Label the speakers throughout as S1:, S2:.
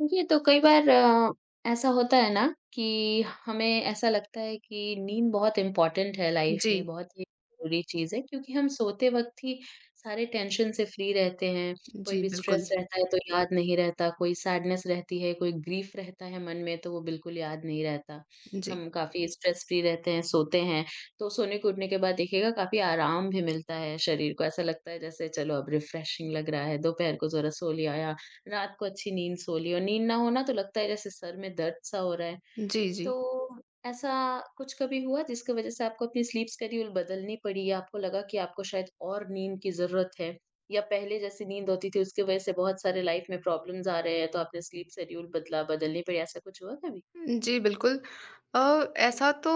S1: देखिए, तो कई बार ऐसा होता है ना कि हमें ऐसा लगता है कि नींद बहुत इम्पोर्टेंट है लाइफ
S2: जी,
S1: में, बहुत ही ज़रूरी चीज़ है क्योंकि हम सोते वक़्त ही सारे टेंशन से फ्री रहते हैं, कोई
S2: जी,
S1: भी
S2: बिल्कुल।
S1: स्ट्रेस रहता है तो याद नहीं रहता, कोई सैडनेस रहती है, कोई ग्रीफ़ रहता है मन में तो वो बिल्कुल याद नहीं रहता।
S2: जी,
S1: हम काफ़ी स्ट्रेस फ्री रहते हैं, सोते हैं, तो सोने के उठने के बाद देखिएगा काफ़ी आराम भी मिलता है शरीर को, ऐसा लगता है जैसे चलो अब रिफ्रेशिंग लग रहा है, दोपहर को ज़रा सो लिया या रात को अच्छी नींद सो ली और नींद ना हो ना तो लगता है जैसे सर में दर्द सा हो रहा है।
S2: जी,
S1: तो
S2: जी।
S1: ऐसा कुछ कभी हुआ जिसकी वज़ह से आपको अपनी स्लीप शेड्यूल बदलनी पड़ी या आपको लगा कि आपको शायद और नींद की ज़रूरत है? या पहले जैसी नींद होती थी उसकी वज़ह से बहुत सारे लाइफ़ में प्रॉब्लम्स आ रहे हैं तो आपने स्लीप शेड्यूल बदला बदलनी पड़ी ऐसा कुछ हुआ कभी?
S2: जी, बिल्कुल। अ, ऐसा तो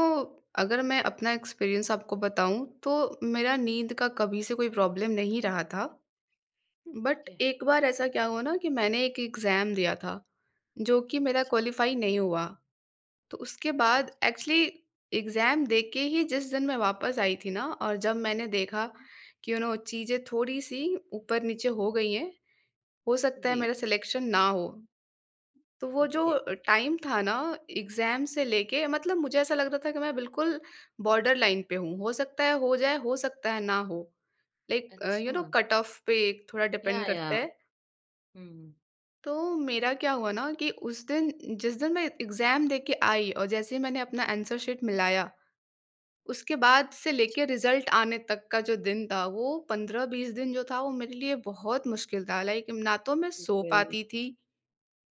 S2: अगर मैं अपना एक्सपीरियंस आपको बताऊँ तो मेरा नींद का कभी से कोई प्रॉब्लम नहीं रहा था। बट
S1: ओके,
S2: एक बार ऐसा क्या हुआ ना कि मैंने एक एग्ज़ाम दिया था, जो कि मेरा
S1: अच्छा,
S2: क्वालीफाई नहीं हुआ। तो उसके
S1: अच्छा,
S2: बाद
S1: अच्छा।
S2: एक्चुअली एग्ज़ाम देके ही जिस दिन मैं वापस आई थी ना और जब मैंने देखा कि चीज़ें थोड़ी-सी ऊपर-नीचे हो गई हैं, हो सकता है
S1: जी,
S2: मेरा सिलेक्शन ना हो। तो वो जो
S1: ओके।
S2: टाइम था ना एग्ज़ाम से लेके मतलब मुझे ऐसा लग रहा था कि मैं बिल्कुल बॉर्डर लाइन पे हूँ। हो सकता है हो जाए, हो सकता है ना हो। लाइक
S1: अच्छा,
S2: कट ऑफ पे एक थोड़ा
S1: या,
S2: डिपेंड
S1: या।
S2: करता है।
S1: हुँ।
S2: तो मेरा क्या हुआ ना कि उस दिन जिस दिन मैं एग्ज़ाम दे के आई और जैसे ही मैंने अपना आंसर शीट मिलाया, उसके बाद से
S1: अच्छा,
S2: लेके रिज़ल्ट आने तक का जो दिन था, वो 15-20 दिन जो था वो मेरे लिए बहुत मुश्किल था। लाइक ना तो मैं सो
S1: बिल्कुल।
S2: पाती थी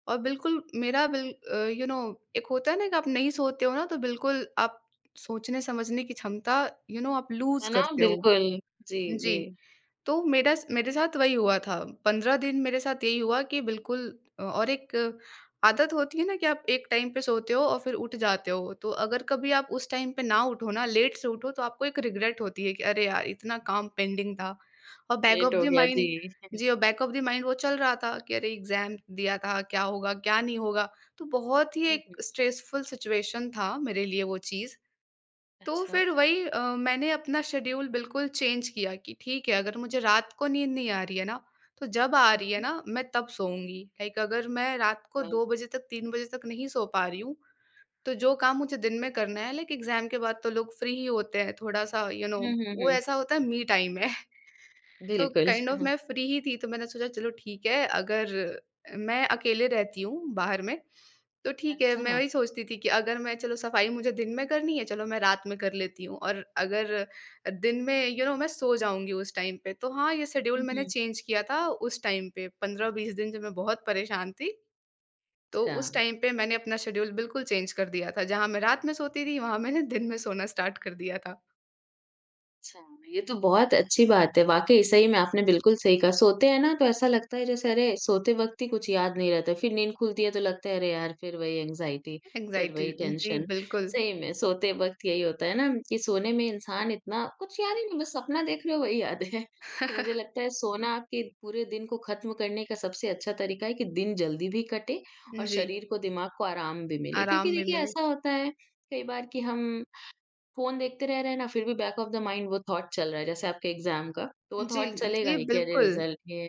S2: और बिल्कुल मेरा बिल अ, यू नो एक होता है ना कि आप नहीं सोते हो ना तो बिल्कुल आप सोचने समझने की क्षमता आप
S1: है
S2: लूज़
S1: ना?
S2: करते हो।
S1: बिल्कुल। जी,
S2: जी।
S1: जी।
S2: तो मेरा स मेरे साथ वही हुआ था, 15 दिन मेरे साथ यही हुआ कि बिल्कुल और एक आदत होती है ना कि आप एक टाइम पे सोते हो और फिर उठ जाते हो, तो अगर कभी आप उस टाइम पे ना उठो ना, लेट से उठो तो आपको एक रिग्रेट होती है कि अरे यार! इतना काम पेंडिंग था और बैक
S1: लेट
S2: ऑफ
S1: हो
S2: द
S1: गया, जी।
S2: माइंड। जी। और बैक ऑफ द माइंड वो चल रहा था कि अरे एग्ज़ाम दिया था, क्या होगा, क्या नहीं होगा? तो बहुत ही
S1: हुँ,
S2: एक
S1: हुँ।
S2: स्ट्रेसफुल सिचुएशन था मेरे लिए वो चीज़। तो
S1: अच्छा।
S2: फिर वही मैंने अपना शेड्यूल बिल्कुल चेंज किया कि ठीक है, अगर मुझे रात को नींद नहीं आ रही है ना, तो जब आ
S1: हुँ,
S2: रही है
S1: हुँ।
S2: ना, मैं तब सोऊँगी। लाइक अगर मैं रात को
S1: अच्छा।
S2: 2 बजे तक, 3 बजे तक नहीं सो पा रही हूँ, तो जो काम मुझे दिन में करना है लाइक एग्ज़ाम के बाद तो लोग फ्री ही होते हैं, थोड़ा-सा यू you नो
S1: हुँ,
S2: know,
S1: हुँ,
S2: वो
S1: हुँ।
S2: ऐसा होता है मी टाइम है। तो
S1: बिल्कुल।
S2: काइंड ऑफ मैं फ्री ही थी, तो मैंने सोचा चलो ठीक है, अगर मैं अकेले रहती हूँ बाहर में, तो ठीक है, मैं
S1: अच्छा।
S2: वही सोचती थी कि अगर मैं चलो सफाई मुझे दिन में करनी है, चलो मैं रात में कर लेती हूँ और अगर दिन में मैं सो जाऊँगी उस टाइम पे, तो हाँ, ये शेड्यूल
S1: हुँ,
S2: मैंने
S1: हुँ।
S2: चेंज किया था उस टाइम पे 15-20 दिन जब मैं बहुत परेशान थी, तो
S1: अच्छा।
S2: उस टाइम पे मैंने अपना शेड्यूल बिल्कुल चेंज कर दिया था। जहाँ मैं रात में सोती थी, वहाँ मैंने दिन में सोना स्टार्ट कर दिया था।
S1: अच्छा, ये तो बहुत अच्छी बात है। वाक़ई सही में आपने बिल्कुल सही कहा। सोते हैं ना तो ऐसा लगता है जैसे अरे सोते वक़्त ही कुछ याद नहीं रहता है। फिर नींद खुलती है तो लगता है अरे यार फिर वही एंग्ज़ायटी, फिर
S2: एंग्ज़ायटी
S1: वही
S2: जी,
S1: टेंशन।
S2: बिल्कुल।
S1: सही में सोते वक़्त यही होता है ना कि सोने में इंसान इतना कुछ याद ही नहीं बस सपना देख रहे हो वही याद है। तो मुझे लगता है सोना आपके पूरे दिन को ख़त्म करने का सबसे अच्छा तरीका है कि दिन जल्दी भी कटे और
S2: जी,
S1: शरीर को, दिमाग को आराम भी मिले। क्योंकि
S2: आराम भी
S1: देखिए
S2: मिले।
S1: ऐसा होता है कई बार कि हम फ़ोन देखते रह रहे हैं ना, फिर भी बैक ऑफ द माइंड वो थॉट चल रहा है, जैसे आपके एग्ज़ाम का, तो वो
S2: जी,
S1: थॉट चलेगा
S2: जी,
S1: ही कि अरे!
S2: बिल्कुल।
S1: रिज़ल्ट ये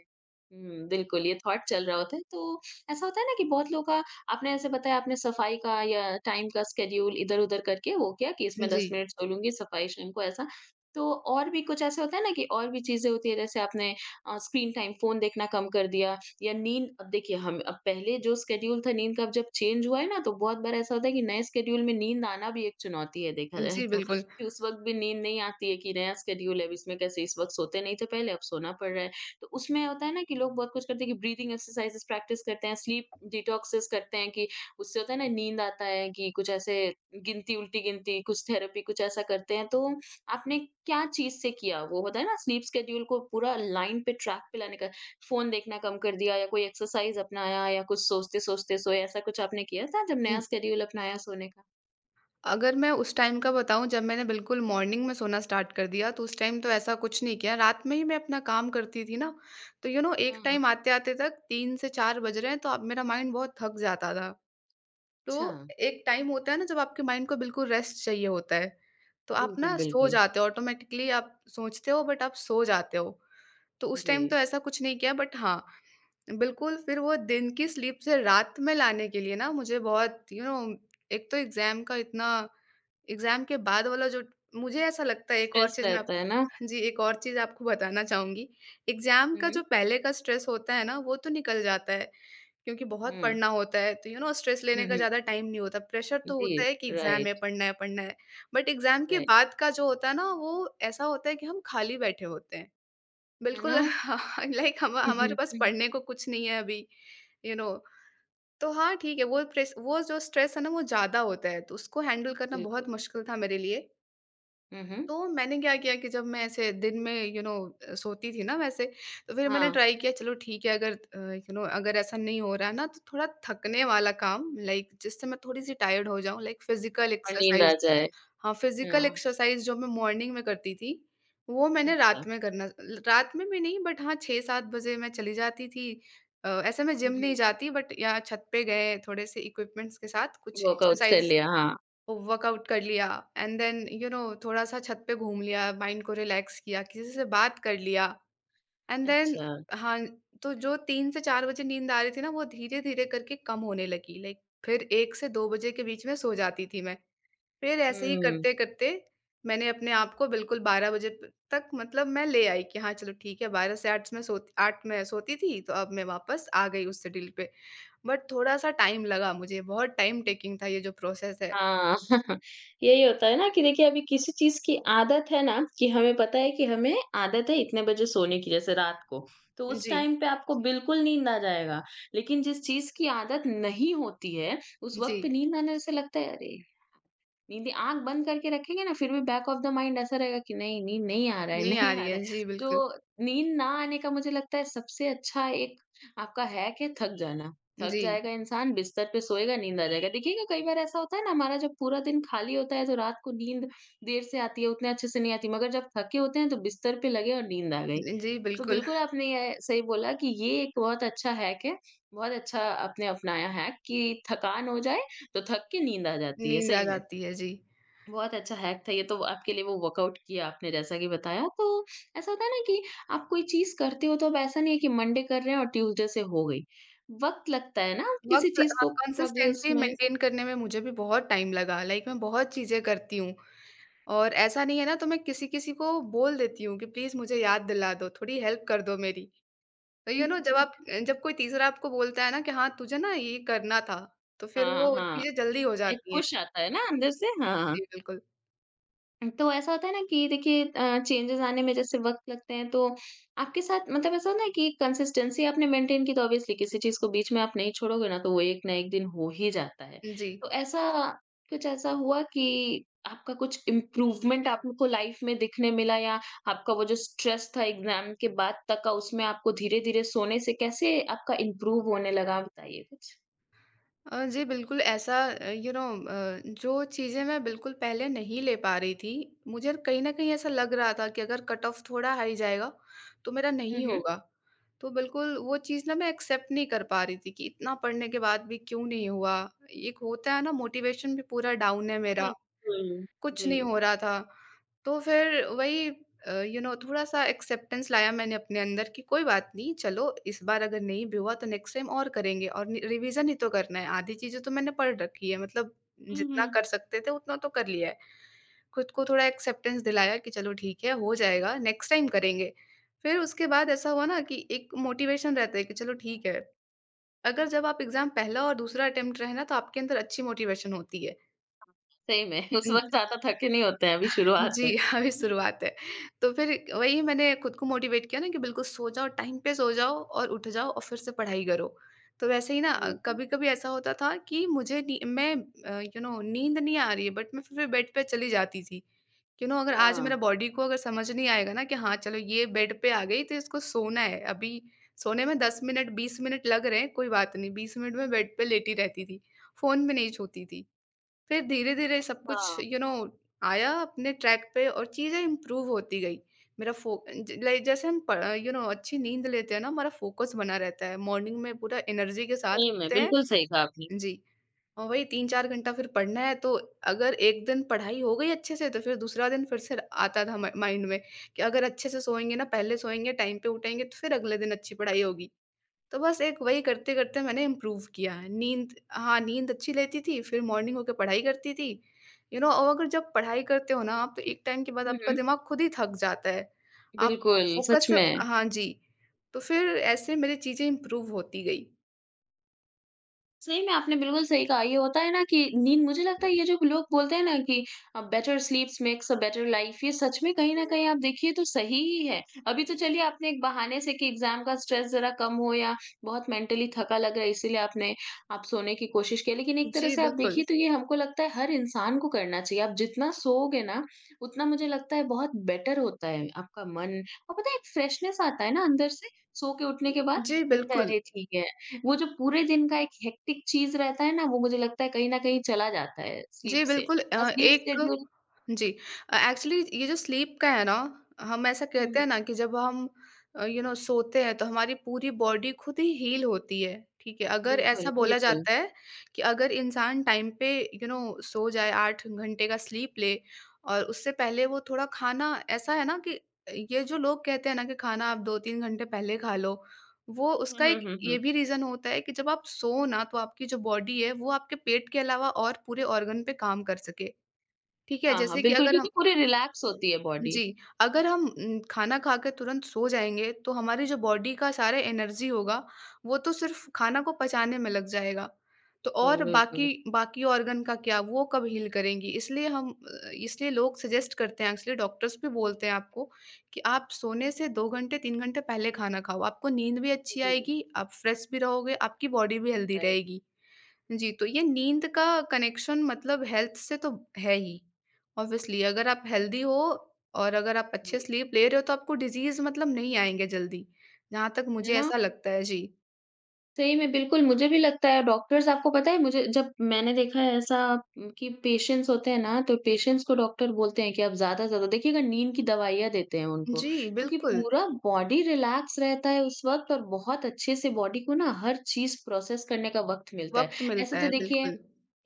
S1: हुँ, बिल्कुल, ये थॉट चल रहा होता है। तो ऐसा होता है ना कि बहुत लोग का आपने ऐसे बताया आपने सफ़ाई का या टाइम का स्केड्यूल इधर-उधर करके वो किया कि इसमें
S2: जी,
S1: 10 मिनट सो लूँगी, सफ़ाई शाम को ऐसा। तो और भी कुछ ऐसा होता है ना कि और भी चीज़ें होती हैं, जैसे आपने स्क्रीन टाइम फ़ोन देखना कम कर दिया या नींद अब देखिए हम अब पहले जो स्केड्यूल था नींद का अब जब चेंज हुआ है ना तो बहुत बार ऐसा होता है कि नए स्केड्यूल में नींद आना भी एक चुनौती है देखा जाए
S2: जी,
S1: तो
S2: बिल्कुल।
S1: कि उस वक्त भी नींद नहीं आती है कि नया स्केड्यूल है अब इसमें कैसे इस वक्त सोते नहीं थे पहले अब सोना पड़ रहा है तो उसमें होता है ना कि लोग बहुत कुछ करते हैं कि ब्रीदिंग एक्सरसाइजेस प्रैक्टिस करते हैं स्लीप डिटॉक्सेस करते हैं कि उससे होता है ना नींद आता है कि कुछ ऐसे गिनती उल्टी गिनती कुछ थेरेपी कुछ ऐसा करते हैं तो आपने क्या चीज से किया वो होता है ना स्लीप स्केड्यूल को पूरा लाइन पे ट्रैक पे लाने का फ़ोन देखना कम कर दिया या कोई एक्सरसाइज़ अपनाया या कुछ सोचते-सोचते सोए, ऐसा कुछ आपने किया था जब नया शेड्यूल अपनाया सोने का?
S2: अगर मैं उस टाइम का बताऊँ जब मैंने बिल्कुल मॉर्निंग में सोना स्टार्ट कर दिया, तो उस टाइम तो ऐसा कुछ नहीं किया, रात में ही मैं अपना काम करती थी ना, तो एक
S1: हाँ, हाँ।
S2: टाइम आते-आते तक 3 से 4 बज रहे हैं, तो अब मेरा माइंड बहुत थक जाता था।
S1: अच्छा,
S2: तो एक टाइम होता है ना जब आपके माइंड को बिल्कुल रेस्ट चाहिए होता है, तो आप
S1: बिल्कुल,
S2: ना सो
S1: बिल्कुल।
S2: जाते हो ऑटोमेटिकली आप सोचते हो बट आप सो जाते हो। तो उस
S1: जी।
S2: टाइम तो ऐसा कुछ नहीं किया बट हाँ, बिल्कुल, फिर वो दिन की स्लीप से रात में लाने के लिए ना मुझे बहुत यू you नो know, एक तो एग्ज़ाम का इतना। एग्ज़ाम के बाद वाला जो। मुझे ऐसा लगता है एक और
S1: स्ट्रेस
S2: चीज़ मैं आप।
S1: रहता है ना?
S2: जी, एक और चीज़ आपको बताना चाहूँगी। एग्ज़ाम
S1: हुँ,
S2: का
S1: हुँ।
S2: जो पहले का स्ट्रेस होता है ना, वो तो निकल जाता है क्योंकि बहुत
S1: हुँ।
S2: पढ़ना होता है, तो स्ट्रेस
S1: हुँ,
S2: लेने का
S1: हुँ।
S2: ज़्यादा टाइम नहीं होता। प्रेशर तो
S1: जी,
S2: होता है कि एग्ज़ाम है,
S1: राइट,
S2: पढ़ना है, पढ़ना है। बट एग्ज़ाम के
S1: राइट।
S2: बाद का जो होता है ना, वो ऐसा होता है कि हम खाली बैठे होते हैं।
S1: है ना?
S2: बिल्कुल लाइक हम
S1: हुँ,
S2: हमारे
S1: हुँ,
S2: पास
S1: हुँ।
S2: पढ़ने को कुछ नहीं है अभी यू नो तो हाँ ठीक है वो प्रेस वो जो स्ट्रेस है ना वो ज़्यादा होता है तो उसको हैंडल करना बहुत
S1: बिल्कुल।
S2: मुश्किल था मेरे लिए।
S1: हुँ, हुँ।
S2: तो मैंने क्या किया कि जब मैं ऐसे दिन में सोती थी ना वैसे, तो फिर मैंने
S1: हाँ,
S2: ट्राई किया चलो ठीक है अगर यू नो अगर ऐसा नहीं हो रहा है ना तो थोड़ा थकने वाला काम लाइक जिससे मैं थोड़ी सी टायर्ड हो जाऊं लाइक फिजिकल
S1: और नींद आ
S2: एक्सरसाइज।
S1: जाए।
S2: हाँ, फिज़िकल
S1: हाँ,
S2: एक्सरसाइज़ जो मैं मॉर्निंग में करती थी, वो मैंने
S1: अच्छा।
S2: रात में करना ल रात में भी नहीं बट हाँ, 6-7 बजे मैं चली जाती थी। ऐसे मैं
S1: हुँ,
S2: जिम नहीं
S1: हुँ।
S2: जाती बट यहाँ छत पे गए थोड़े-से इक्विपमेंट्स के साथ कुछ
S1: वर्कआउट कर
S2: एक्सरसाइज़,
S1: लिया, हाँ।
S2: वर्कआउट कर लिया एंड देन थोड़ा-सा छत पे घूम लिया, माइंड को रिलैक्स किया, किसी से बात कर लिया एंड देन
S1: अच्छा,
S2: हाँ, तो जो 3 से 4 बजे नींद आ रही थी ना, वो धीरे-धीरे करके कम होने लगी। लाइक फिर 1 से 2 बजे के बीच में सो जाती थी मैं। फिर ऐसे ही
S1: हुँ।
S2: करते-करते मैंने अपने आप को बिल्कुल 12 बजे प तक मतलब मैं ले आई कि हाँ, चलो ठीक है 12 से 8 मैं सोती थी, तो अब मैं वापस आ गई उस डील पे। बट थोड़ा-सा टाइम लगा मुझे, बहुत टाइम टेकिंग था ये जो प्रोसेस है।
S1: हाँ यही होता है ना कि देखिए अभी किसी चीज़ की आदत है ना कि हमें पता है कि हमें आदत है इतने बजे सोने की जैसे रात को, तो उस
S2: जी,
S1: टाइम पे आपको बिल्कुल नींद आ जाएगा। लेकिन जिस चीज़ की आदत नहीं होती है, उस
S2: जी।
S1: वक़्त पे नींद आने से लगता है अरे! नींद आँख बंद करके रखेंगे ना फिर भी बैक ऑफ द माइंड ऐसा रहेगा कि नहीं नींद नहीं आ रहा है
S2: नहीं
S1: नहीं
S2: आ
S1: आ
S2: रही
S1: रहा है।
S2: है। जी, बिल्कुल।
S1: तो नींद ना आने का मुझे लगता है सबसे अच्छा एक आपका हैक है थक जाना। थक
S2: जी,
S1: जाएगा इंसान, बिस्तर पे सोएगा, नींद आ जाएगा। देखिएगा कई बार ऐसा होता है ना हमारा जब पूरा दिन खाली होता है तो रात को नींद देर से आती है, उतने अच्छे से नहीं आती मगर जब थके होते हैं तो बिस्तर पे लगे और नींद आ गई।
S2: जी,
S1: तो
S2: बिल्कुल।
S1: बिल्कुल आपने ये सही बोला कि ये एक बहुत अच्छा हैक है। बहुत अच्छा आपने अपनाया हैक कि थकान हो जाए तो थक के नींद आ जाती है,
S2: नींद
S1: सही
S2: आ
S1: में।
S2: जाती है, जी।
S1: बहुत अच्छा हैक था ये तो आपके लिए वो वर्कआउट किया आपने जैसा कि बताया। तो ऐसा होता है ना कि आप कोई चीज़ करते हो तो अब ऐसा नहीं है कि मंडे कर रहे हैं और ट्यूसडे से हो गई। वक़्त लगता है ना किसी चीज़ को प्रोग्रेस
S2: कंसिस्टेंसी
S1: में।
S2: मेंटेन करने में मुझे भी बहुत टाइम लगा, लाइक मैं बहुत चीज़ें करती हूँ। और ऐसा नहीं है ना तो मैं किसी-किसी को बोल देती हूँ कि प्लीज़ मुझे याद दिला दो, थोड़ी हेल्प कर दो मेरी। तो जब कोई तीसरा आपको बोलता है ना कि हाँ, तुझे ना ये करना था, तो फिर
S1: हाँ,
S2: वो
S1: हाँ।
S2: चीज़ें जल्दी हो
S1: एक
S2: जाती हैं।
S1: पुश आता है ना अंदर
S2: जी,
S1: से हाँ।
S2: जी बिल्कुल।
S1: तो ऐसा होता है ना कि देखिए चेंजेज़ आने में जैसे वक़्त लगते हैं तो आपके साथ मतलब ऐसा होता है कि कंसिस्टेंसी आपने मेंटेन की तो ऑब्वियसली किसी चीज़ को बीच में आप नहीं छोड़ोगे ना तो वो एक ना एक दिन हो ही जाता है।
S2: जी।
S1: तो ऐसा कुछ ऐसा हुआ कि आपका कुछ इम्प्रूवमेंट आपको लाइफ़ में दिखने मिला या आपका वो जो स्ट्रेस था एग्ज़ाम के बाद तक का उसमें आपको धीरे-धीरे सोने से कैसे आपका इम्प्रूव होने लगा बताइए कुछ?
S2: जी बिल्कुल ऐसा, यू नो जो चीज़ें मैं बिल्कुल पहले नहीं ले पा रही थी, मुझे कहीं ना कहीं ऐसा लग रहा था कि अगर कट ऑफ थोड़ा हाई जाएगा तो मेरा
S1: हुँ,
S2: नहीं
S1: हुँ।
S2: होगा। तो बिल्कुल वो चीज़ ना मैं एक्सेप्ट नहीं कर पा रही थी कि इतना पढ़ने के बाद भी क्यों नहीं हुआ। एक होता है ना मोटिवेशन भी पूरा डाउन है मेरा,
S1: बिल्कुल, बिल्कुल।
S2: कुछ
S1: जी।
S2: नहीं हो रहा था। तो फिर वही थोड़ा-सा एक्सेप्टेंस लाया मैंने अपने अंदर कि कोई बात नहीं, चलो इस बार अगर नहीं भी हुआ तो नेक्स्ट टाइम और करेंगे और नि रिविज़न ही तो करना है, आधी चीज़ें तो मैंने पढ़ रखी है मतलब
S1: हुँ,
S2: जितना
S1: हुँ।
S2: कर सकते थे उतना तो कर लिया है। खुद को थोड़ा एक्सेप्टेंस दिलाया कि चलो ठीक है, हो जाएगा, नेक्स्ट टाइम करेंगे। फिर उसके बाद ऐसा हुआ ना कि एक मोटिवेशन रहता है कि चलो ठीक है, अगर जब आप एग्ज़ाम पहला और दूसरा अटेम्प्ट रहे ना तो आपके अंदर अच्छी मोटिवेशन होती है।
S1: सही में उस वक़्त ज़्यादा थके नहीं होते हैं अभी शुरुआत में।
S2: जी, हाँ, अभी शुरुआत है। तो फिर वही मैंने खुद को मोटिवेट किया ना कि बिल्कुल सो जाओ, टाइम पे सो जाओ और उठ जाओ और फिर से पढ़ाई करो। तो वैसे ही ना
S1: बिल्कुल।
S2: कभी-कभी ऐसा होता था कि मुझे नी मैं अ, यू नो नींद नहीं आ रही है बट मैं फिर भी बेड पे चली जाती थी। अगर आज मेरा
S1: हाँ।
S2: बॉडी को अगर समझ नहीं आएगा ना कि हाँ, चलो ये बेड पे आ गई तो इसको सोना है। अभी सोने में 10 मिनट, 20 मिनट लग रहे हैं, कोई बात नहीं। 20 मिनट मैं बेड पे लेटी रहती थी, फ़ोन भी नहीं छूती थी। फिर धीरे-धीरे सब कुछ
S1: हाँ,
S2: आया अपने ट्रैक पे और चीज़ें इम्प्रूव होती गई। मेरा फो ज लाइक जैसे हम प यू नो अच्छी नींद लेते हैं ना, हमारा फोकस बना रहता है। मॉर्निंग में पूरा एनर्जी के साथ
S1: सही में
S2: उठते
S1: बिल्कुल
S2: हैं,
S1: सही कहा आपने।
S2: जी, और वही 3-4 घंटा फिर पढ़ना है तो अगर एक दिन पढ़ाई हो गई अच्छे से तो फिर दूसरा दिन फिर से आता था म माइंड में कि अगर अच्छे से सोएँगे ना, पहले सोएँगे, टाइम पे उठेंगे तो फिर अगले दिन अच्छी पढ़ाई होगी। तो बस एक वही करते-करते मैंने इम्प्रूव किया है। नींद हाँ, नींद अच्छी लेती थी, फिर मॉर्निंग होके पढ़ाई करती थी, और अगर जब पढ़ाई करते हो ना आप तो एक टाइम के बाद
S1: हुँ,
S2: आपका
S1: हुँ।
S2: दिमाग खुद ही थक जाता है। आप
S1: बिल्कुल,
S2: फोकस
S1: सच
S2: से।
S1: में।
S2: हाँ जी, तो फिर ऐसे मेरी चीज़ें इम्प्रूव होती गई।
S1: सही में आपने बिल्कुल सही कहा। ये होता है ना कि नींद मुझे लगता है ये जो लोग बोलते हैं ना कि better sleeps makes a better life ये सच में कहीं न कहीं आप देखिए तो सही ही है। अभी तो चलिए आपने एक बहाने से कि एग्ज़ाम का स्ट्रेस ज़रा कम हो या बहुत मेंटली थका लग रहा है इसीलिए आपने आप सोने की कोशिश की। लेकिन एक तरह
S2: जी,
S1: से आप देखिए
S2: बिल्कुल।
S1: तो ये हमको लगता है हर इंसान को करना चाहिए। आप जितना सोओगे ना उतना मुझे लगता है बहुत बेटर होता है आपका मन और पता है एक फ्रेशनेस आता है ना अंदर से सो के उठने के बाद
S2: जी,
S1: लगता है
S2: बिल्कुल।
S1: अरे ठीक है वो जो पूरे दिन का एक हेक्टिक चीज़ रहता है ना, वो मुझे लगता है कहीं न कहीं चला जाता है स्लीप
S2: जी,
S1: से
S2: बिल्कुल
S1: और
S2: अ,
S1: स्लीप
S2: एक
S1: शेड्यूल
S2: जी एक्चुअली ये जो स्लीप का है ना, हम ऐसा
S1: हुँ,
S2: कहते
S1: हुँ।
S2: हैं ना कि जब हम सोते हैं तो हमारी पूरी बॉडी खुद ही हील होती है, ठीक है? अगर
S1: बिल्कुल,
S2: ऐसा बोला
S1: बिल्कुल।
S2: जाता है कि अगर इंसान टाइम पे यू नो सो जाए 8 घंटे का स्लीप ले और उससे पहले वो थोड़ा खाना ऐसा है ना कि ये जो लोग कहते हैं ना कि खाना आप 2-3 घंटे पहले खा लो वो
S1: हुँ, हुँ,
S2: उसका एक
S1: हुँ, हुँ, हुँ।
S2: ये भी रीज़न होता है कि जब आप सोओ ना तो आपकी जो बॉडी है वो आपके पेट के अलावा और पूरे ऑर्गन पे काम कर सके, ठीक है?
S1: हाँ, हाँ,
S2: जैसे कि
S1: बिल्कुल
S2: अगर
S1: क्योंकि
S2: हम,
S1: पूरी रिलैक्स होती है बॉडी।
S2: जी, अगर हम खाना खा के तुरंत सो जाएँगे, तो हमारी जो बॉडी का सारा एनर्जी होगा, वो तो सिर्फ़ खाना को पचाने में लग जाएगा। तो
S1: बिल्कुल,
S2: और बाकी
S1: बिल्कुल।
S2: बाकी ऑर्गन का क्या, वो कब हील करेंगी? इसलिए इसलिए लोग सजेस्ट करते हैं, इसलिए डॉक्टर्स भी बोलते हैं आपको कि आप सोने से 2 घंटे, 3 घंटे पहले खाना खाओ। आपको नींद भी अच्छी
S1: जी,
S2: आएगी, आप फ्रेश भी रहोगे, आपकी बॉडी भी हेल्दी
S1: राइट,
S2: रहेगी। जी, तो ये नींद का कनेक्शन मतलब हेल्थ से तो है ही, ऑब्वियसली अगर आप हेल्दी हो और अगर आप अच्छे
S1: जी।
S2: स्लीप ले रहे हो तो आपको डिज़ीज़ मतलब नहीं आएँगे जल्दी, जहाँ तक
S1: है
S2: मुझे
S1: ना?
S2: ऐसा लगता है। जी।
S1: सही में, बिल्कुल मुझे भी लगता है डॉक्टर्स आपको पता है मुझे जब मैंने देखा है ऐसा कि पेशेंट्स होते हैं ना, तो पेशेंट्स को डॉक्टर बोलते हैं कि आप ज़्यादा से ज़्यादा देखिएगा नींद की दवाइयाँ देते हैं उनको,
S2: जी,
S1: क्योंकि
S2: बिल्कुल,
S1: पूरा बॉडी रिलैक्स रहता है उस वक़्त और बहुत अच्छे से बॉडी को ना हर चीज़ प्रोसेस करने का वक़्त मिलता है।
S2: वक़्त
S1: ऐसे
S2: मिलता
S1: तो
S2: है,
S1: देखिए,
S2: बिल्कुल।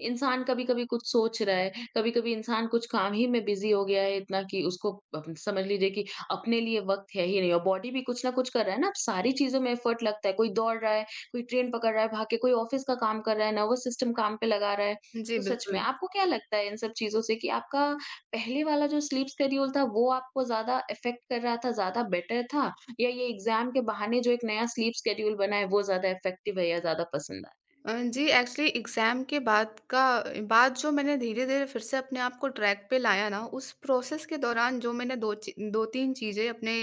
S1: इंसान कभी-कभी कुछ सोच रहा है, कभी-कभी इंसान कुछ काम ही में बिज़ी हो गया है इतना कि उसको अप समझ लीजिए कि अपने लिए वक़्त है ही नहीं और बॉडी भी कुछ ना कुछ कर रहा है ना, अब सारी चीज़ों में एफर्ट लगता है, कोई दौड़ रहा है, कोई ट्रेन पकड़ रहा है, भाग के कोई ऑफ़िस का काम कर रहा है, नर्वस सिस्टम काम पे लगा रहा है।
S2: जी,
S1: तो सच में
S2: बिल्कुल।
S1: आपको क्या लगता है इन सब चीज़ों से कि आपका पहले वाला जो स्लीप शेड्यूल था वो आपको ज़्यादा अफ़ेक्ट कर रहा था, ज़्यादा बेटर था या ये एग्ज़ाम के बहाने जो एक नया स्लीप शेड्यूल बना है वो ज़्यादा इफ़ेक्टिव है या ज़्यादा पसंद आया?
S2: जी एक्चुअली एग्ज़ाम के बाद जो मैंने धीरे-धीरे फिर से अपने आप को ट्रैक पे लाया ना, उस प्रोसेस के दौरान जो मैंने दो ची 2-3 चीज़ें अपने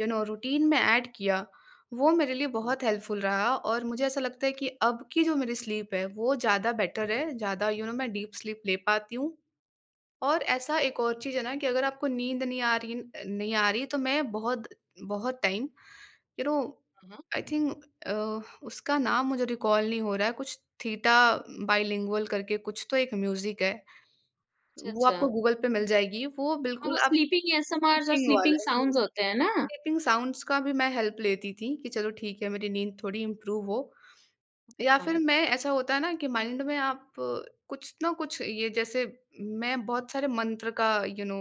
S2: रूटीन में ऐड किया, वो मेरे लिए
S1: हुँ।
S2: बहुत हेल्पफुल रहा और मुझे ऐसा लगता है कि अब की जो मेरी स्लीप है, वो ज़्यादा बेटर है, ज़्यादा मैं डीप स्लीप ले पाती हूँ। और ऐसा एक और चीज़ है ना कि अगर आपको नींद नहीं आ रही तो मैं बहुत बहुत टाइम यू नो
S1: हाँ, हाँ।
S2: आई थिंक उसका नाम मुझे रिकॉल नहीं हो रहा है, कुछ थीटा बाइलिंगुअल करके कुछ तो एक म्यूज़िक है,
S1: अच्छा,
S2: वो
S1: अच्छा।
S2: आपको गूगल पे मिल जाएगी, वो
S1: हाँ, वो
S2: बिल्कुल आप।
S1: स्लीपिंग एएसएमआर्स और
S2: स्लीपिंग
S1: स्लीपिंग
S2: वाला जी।
S1: साउंड्स होते हैं ना?
S2: स्लीपिंग साउंड्स का भी मैं हेल्प लेती थी कि चलो ठीक है मेरी नींद थोड़ी इम्प्रूव हो या
S1: हाँ।
S2: फिर मैं ऐसा होता है ना कि माइंड में आप कुछ ना कुछ ये जैसे मैं बहुत सारे मंत्र का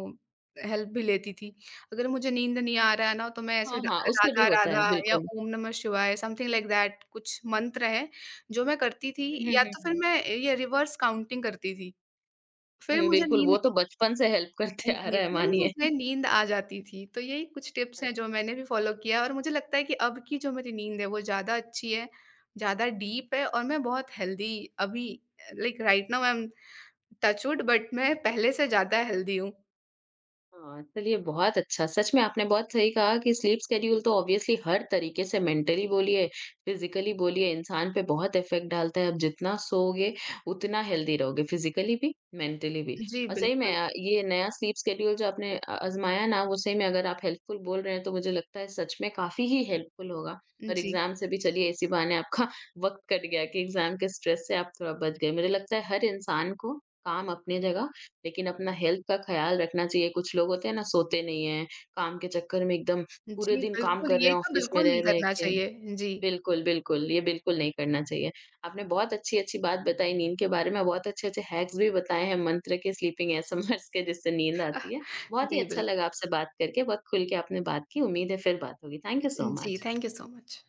S2: हेल्प भी लेती थी अगर मुझे नींद नहीं आ रहा है ना तो मैं ऐसे
S1: हाँ, हाँ, उससे भी
S2: राधा
S1: होता है,
S2: राधा या
S1: बिल्कुल।
S2: ओम नमः शिवाय समथिंग लाइक दैट कुछ मंत्र है जो मैं करती थी
S1: हुँ, हुँ,
S2: या
S1: हुँ,
S2: तो फिर
S1: हुँ।
S2: मैं ये रिवर्स काउंटिंग करती थी फिर
S1: हुँ,
S2: मुझे
S1: बिल्कुल वो
S2: नींद।
S1: तो बचपन से हेल्प करते आ
S2: जी,
S1: रहा है
S2: फिर मुझे
S1: मानिए।
S2: नींद आ जाती थी, तो यही कुछ टिप्स हैं जो मैंने भी फ़ॉलो किया है और मुझे लगता है कि अब की जो मेरी नींद है वो ज़्यादा अच्छी है, ज़्यादा डीप है और मैं बहुत हेल्दी अभी like right now I am touch wood but मैं पहले से ज़्यादा हेल्दी हूँ।
S1: हाँ, चलिए बहुत अच्छा। सच में आपने बहुत सही कहा कि स्लीप शेड्यूल तो ऑब्वियसली हर तरीके से मेंटली बोलिए, फिज़िकली बोलिए, इंसान पे बहुत इफ़ेक्ट डालता है। आप जितना सोओगे, उतना हेल्दी रहोगे फिज़िकली भी, मेंटली भी।
S2: जी,
S1: और सही में
S2: बिल्कुल।
S1: ये नया स्लीप शेड्यूल जो आपने आज़माया ना, वो सही में अगर आप हेल्पफुल बोल रहे हैं, तो मुझे लगता है सच में काफ़ी ही हेल्पफुल होगा। और
S2: जी,
S1: एग्ज़ाम से भी चलिए इसी बहाने आपका वक़्त कट गया कि एग्ज़ाम के स्ट्रेस से आप थोड़ा बच गए। मुझे लगता है हर इंसान को काम अपनी जगह लेकिन अपना हेल्थ का ख़्याल रखना चाहिए। कुछ लोग होते हैं ना सोते नहीं हैं, काम के चक्कर में एकदम पूरे
S2: जी,
S1: दिन काम
S2: बिल्कुल,
S1: कर रहे
S2: ये
S1: हैं
S2: तो
S1: ऑफ़िस में
S2: बिल्कुल नहीं
S1: रह-रह
S2: करना
S1: के।
S2: चाहिए। जी,
S1: बिल्कुल, बिल्कुल, ये बिल्कुल नहीं करना चाहिए। आपने बहुत अच्छी-अच्छी बात बताई नींद के बारे में, बहुत अच्छे-अच्छे हैक्स भी बताए हैं मंत्र के, स्लीपिंग एसएमआर्स के जिससे नींद आती है। बहुत ही
S2: जी,
S1: अच्छा
S2: बिल्कुल।
S1: लगा आपसे बात करके, बहुत खुल के आपने बात की। उम्मीद है फिर बात होगी। थैंक यू सो
S2: जी,
S1: much.
S2: Thank you so much.